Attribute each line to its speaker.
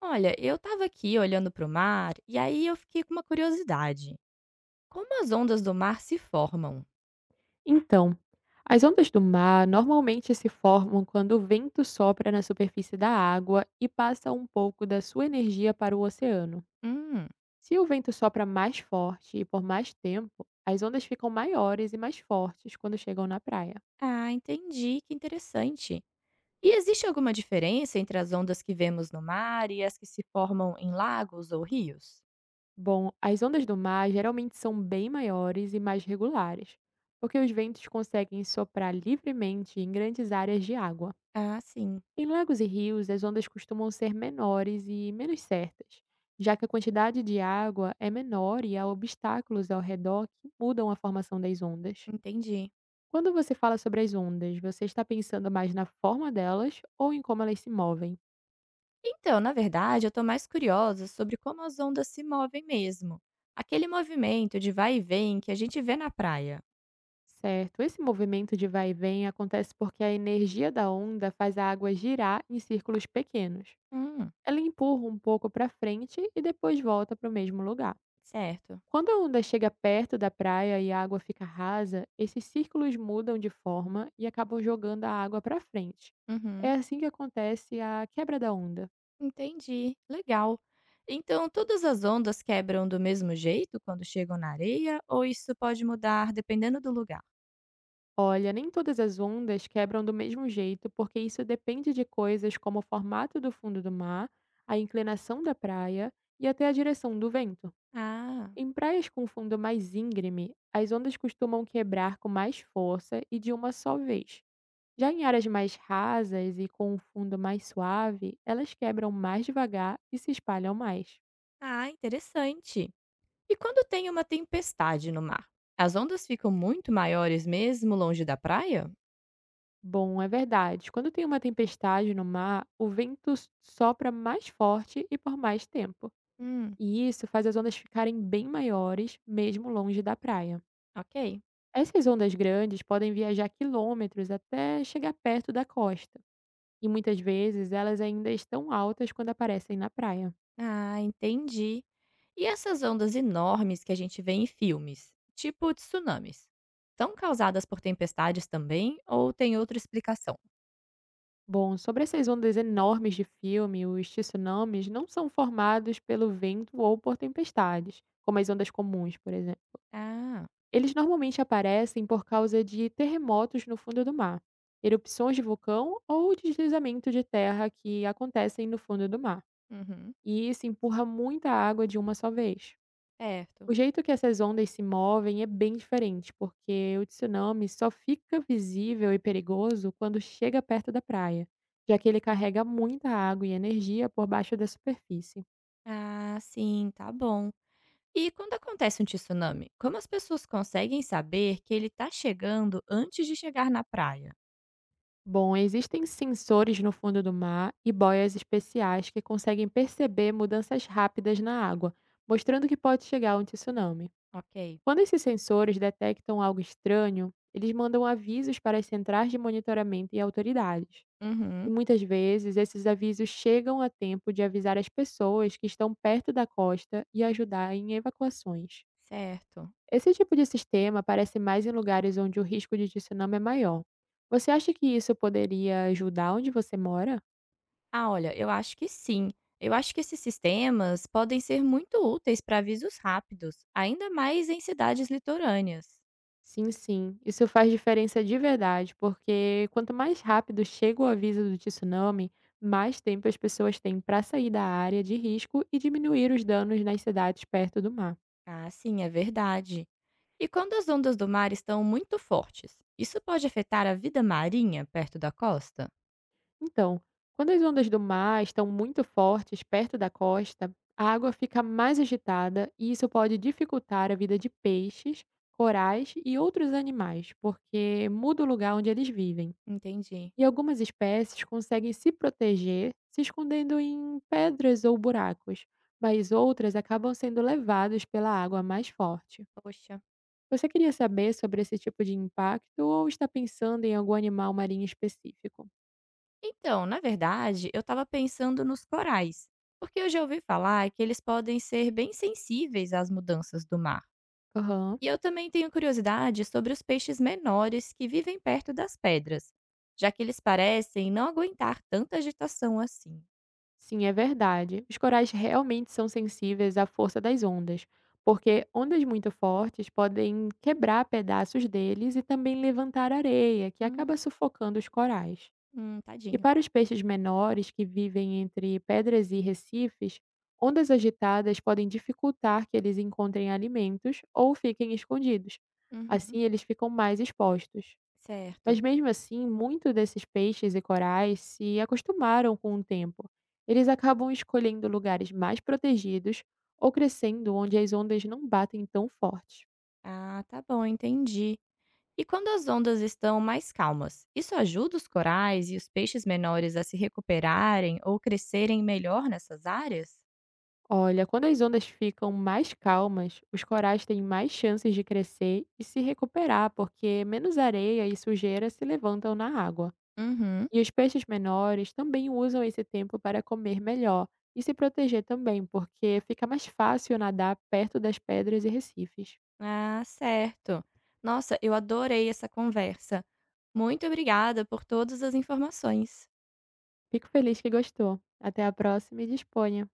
Speaker 1: Olha, eu estava aqui olhando para o mar e aí eu fiquei com uma curiosidade. Como as ondas do mar se formam?
Speaker 2: Então, as ondas do mar normalmente se formam quando o vento sopra na superfície da água e passa um pouco da sua energia para o oceano.
Speaker 1: Hum,
Speaker 2: Se o vento sopra mais forte e por mais tempo, as ondas ficam maiores e mais fortes quando chegam na praia.
Speaker 1: ah, entendi, que interessante. E existe alguma diferença entre as ondas que vemos no mar e as que se formam em lagos ou rios?
Speaker 2: Bom, as ondas do mar geralmente são bem maiores e mais regulares, porque os ventos conseguem soprar livremente em grandes áreas de água.
Speaker 1: Ah, sim,
Speaker 2: Em lagos e rios, as ondas costumam ser menores e menos certas, já que a quantidade de água é menor e há obstáculos ao redor que mudam a formação das ondas.
Speaker 1: entendi.
Speaker 2: Quando você fala sobre as ondas, você está pensando mais na forma delas ou em como elas se movem?
Speaker 1: Então, na verdade, eu estou mais curiosa sobre como as ondas se movem mesmo. Aquele movimento de vai e vem que a gente vê na praia.
Speaker 2: Certo, esse movimento de vai e vem acontece porque a energia da onda faz a água girar em círculos pequenos.
Speaker 1: Hum,
Speaker 2: Ela empurra um pouco para frente e depois volta para o mesmo lugar.
Speaker 1: certo.
Speaker 2: Quando a onda chega perto da praia e a água fica rasa, esses círculos mudam de forma e acabam jogando a água para frente.
Speaker 1: Uhum.
Speaker 2: É assim que acontece a quebra da onda.
Speaker 1: Entendi, legal. Então, todas as ondas quebram do mesmo jeito quando chegam na areia ou isso pode mudar dependendo do lugar?
Speaker 2: Olha, nem todas as ondas quebram do mesmo jeito, porque isso depende de coisas como o formato do fundo do mar, a inclinação da praia e até a direção do vento.
Speaker 1: Ah,
Speaker 2: Em praias com fundo mais íngreme, as ondas costumam quebrar com mais força e de uma só vez. Já em áreas mais rasas e com um fundo mais suave, elas quebram mais devagar e se espalham mais.
Speaker 1: ah, interessante. E quando tem uma tempestade no mar? As ondas ficam muito maiores mesmo longe da praia?
Speaker 2: Bom, é verdade. Quando tem uma tempestade no mar, o vento sopra mais forte e por mais tempo.
Speaker 1: Hum,
Speaker 2: E isso faz as ondas ficarem bem maiores, mesmo longe da praia.
Speaker 1: ok.
Speaker 2: Essas ondas grandes podem viajar quilômetros até chegar perto da costa. E muitas vezes elas ainda estão altas quando aparecem na praia.
Speaker 1: Ah, entendi. E essas ondas enormes que a gente vê em filmes, tipo tsunamis, são causadas por tempestades também ou tem outra explicação?
Speaker 2: Bom, sobre essas ondas enormes de filme, os tsunamis não são formados pelo vento ou por tempestades, como as ondas comuns, por exemplo.
Speaker 1: Ah,
Speaker 2: Eles normalmente aparecem por causa de terremotos no fundo do mar, erupções de vulcão ou deslizamento de terra que acontecem no fundo do mar.
Speaker 1: uhum,
Speaker 2: E isso empurra muita água de uma só vez.
Speaker 1: certo.
Speaker 2: O jeito que essas ondas se movem é bem diferente, porque o tsunami só fica visível e perigoso quando chega perto da praia, já que ele carrega muita água e energia por baixo da superfície.
Speaker 1: Ah, sim, tá bom. E quando acontece um tsunami, como as pessoas conseguem saber que ele tá chegando antes de chegar na praia?
Speaker 2: Bom, existem sensores no fundo do mar e boias especiais que conseguem perceber mudanças rápidas na água, mostrando que pode chegar um tsunami.
Speaker 1: Ok.
Speaker 2: Quando esses sensores detectam algo estranho, eles mandam avisos para as centrais de monitoramento e autoridades. E
Speaker 1: Uhum,
Speaker 2: muitas vezes esses avisos chegam a tempo de avisar as pessoas que estão perto da costa e ajudar em evacuações.
Speaker 1: certo.
Speaker 2: Esse tipo de sistema aparece mais em lugares onde o risco de tsunami é maior. Você acha que isso poderia ajudar onde você mora?
Speaker 1: Ah, olha, eu acho que sim. Eu acho que esses sistemas podem ser muito úteis para avisos rápidos, ainda mais em cidades litorâneas.
Speaker 2: Sim, sim. Isso faz diferença de verdade, porque quanto mais rápido chega o aviso do tsunami, mais tempo as pessoas têm para sair da área de risco e diminuir os danos nas cidades perto do mar.
Speaker 1: Ah, sim, é verdade. E quando as ondas do mar estão muito fortes, isso pode afetar a vida marinha perto da costa?
Speaker 2: Então, quando as ondas do mar estão muito fortes perto da costa, a água fica mais agitada e isso pode dificultar a vida de peixes, corais e outros animais, porque muda o lugar onde eles vivem.
Speaker 1: Entendi.
Speaker 2: E algumas espécies conseguem se proteger se escondendo em pedras ou buracos, mas outras acabam sendo levadas pela água mais forte.
Speaker 1: Poxa.
Speaker 2: Você queria saber sobre esse tipo de impacto ou está pensando em algum animal marinho específico?
Speaker 1: Então, na verdade, eu estava pensando nos corais, porque eu já ouvi falar que eles podem ser bem sensíveis às mudanças do mar.
Speaker 2: Aham.
Speaker 1: E eu também tenho curiosidade sobre os peixes menores que vivem perto das pedras, já que eles parecem não aguentar tanta agitação assim.
Speaker 2: Sim, é verdade. Os corais realmente são sensíveis à força das ondas, porque ondas muito fortes podem quebrar pedaços deles e também levantar areia, que acaba
Speaker 1: Hum,
Speaker 2: sufocando os corais. E
Speaker 1: tadinho.
Speaker 2: para os peixes menores que vivem entre pedras e recifes, ondas agitadas podem dificultar que eles encontrem alimentos ou fiquem escondidos. Assim,
Speaker 1: Uhum,
Speaker 2: eles ficam mais expostos. Mas
Speaker 1: certo.
Speaker 2: mesmo assim, muitos desses peixes e corais se acostumaram com o tempo. Eles acabam escolhendo lugares mais protegidos ou crescendo onde as ondas não batem tão forte.
Speaker 1: Ah, tá bom, entendi. E quando as ondas estão mais calmas, isso ajuda os corais e os peixes menores a se recuperarem ou crescerem melhor nessas áreas?
Speaker 2: Olha, quando as ondas ficam mais calmas, os corais têm mais chances de crescer e se recuperar, porque menos areia e sujeira se levantam na água.
Speaker 1: Uhum.
Speaker 2: E os peixes menores também usam esse tempo para comer melhor e se proteger também, porque fica mais fácil nadar perto das pedras e recifes.
Speaker 1: Ah, certo. Nossa, eu adorei essa conversa. Muito obrigada por todas as informações.
Speaker 2: Fico feliz que gostou. Até a próxima e disponha.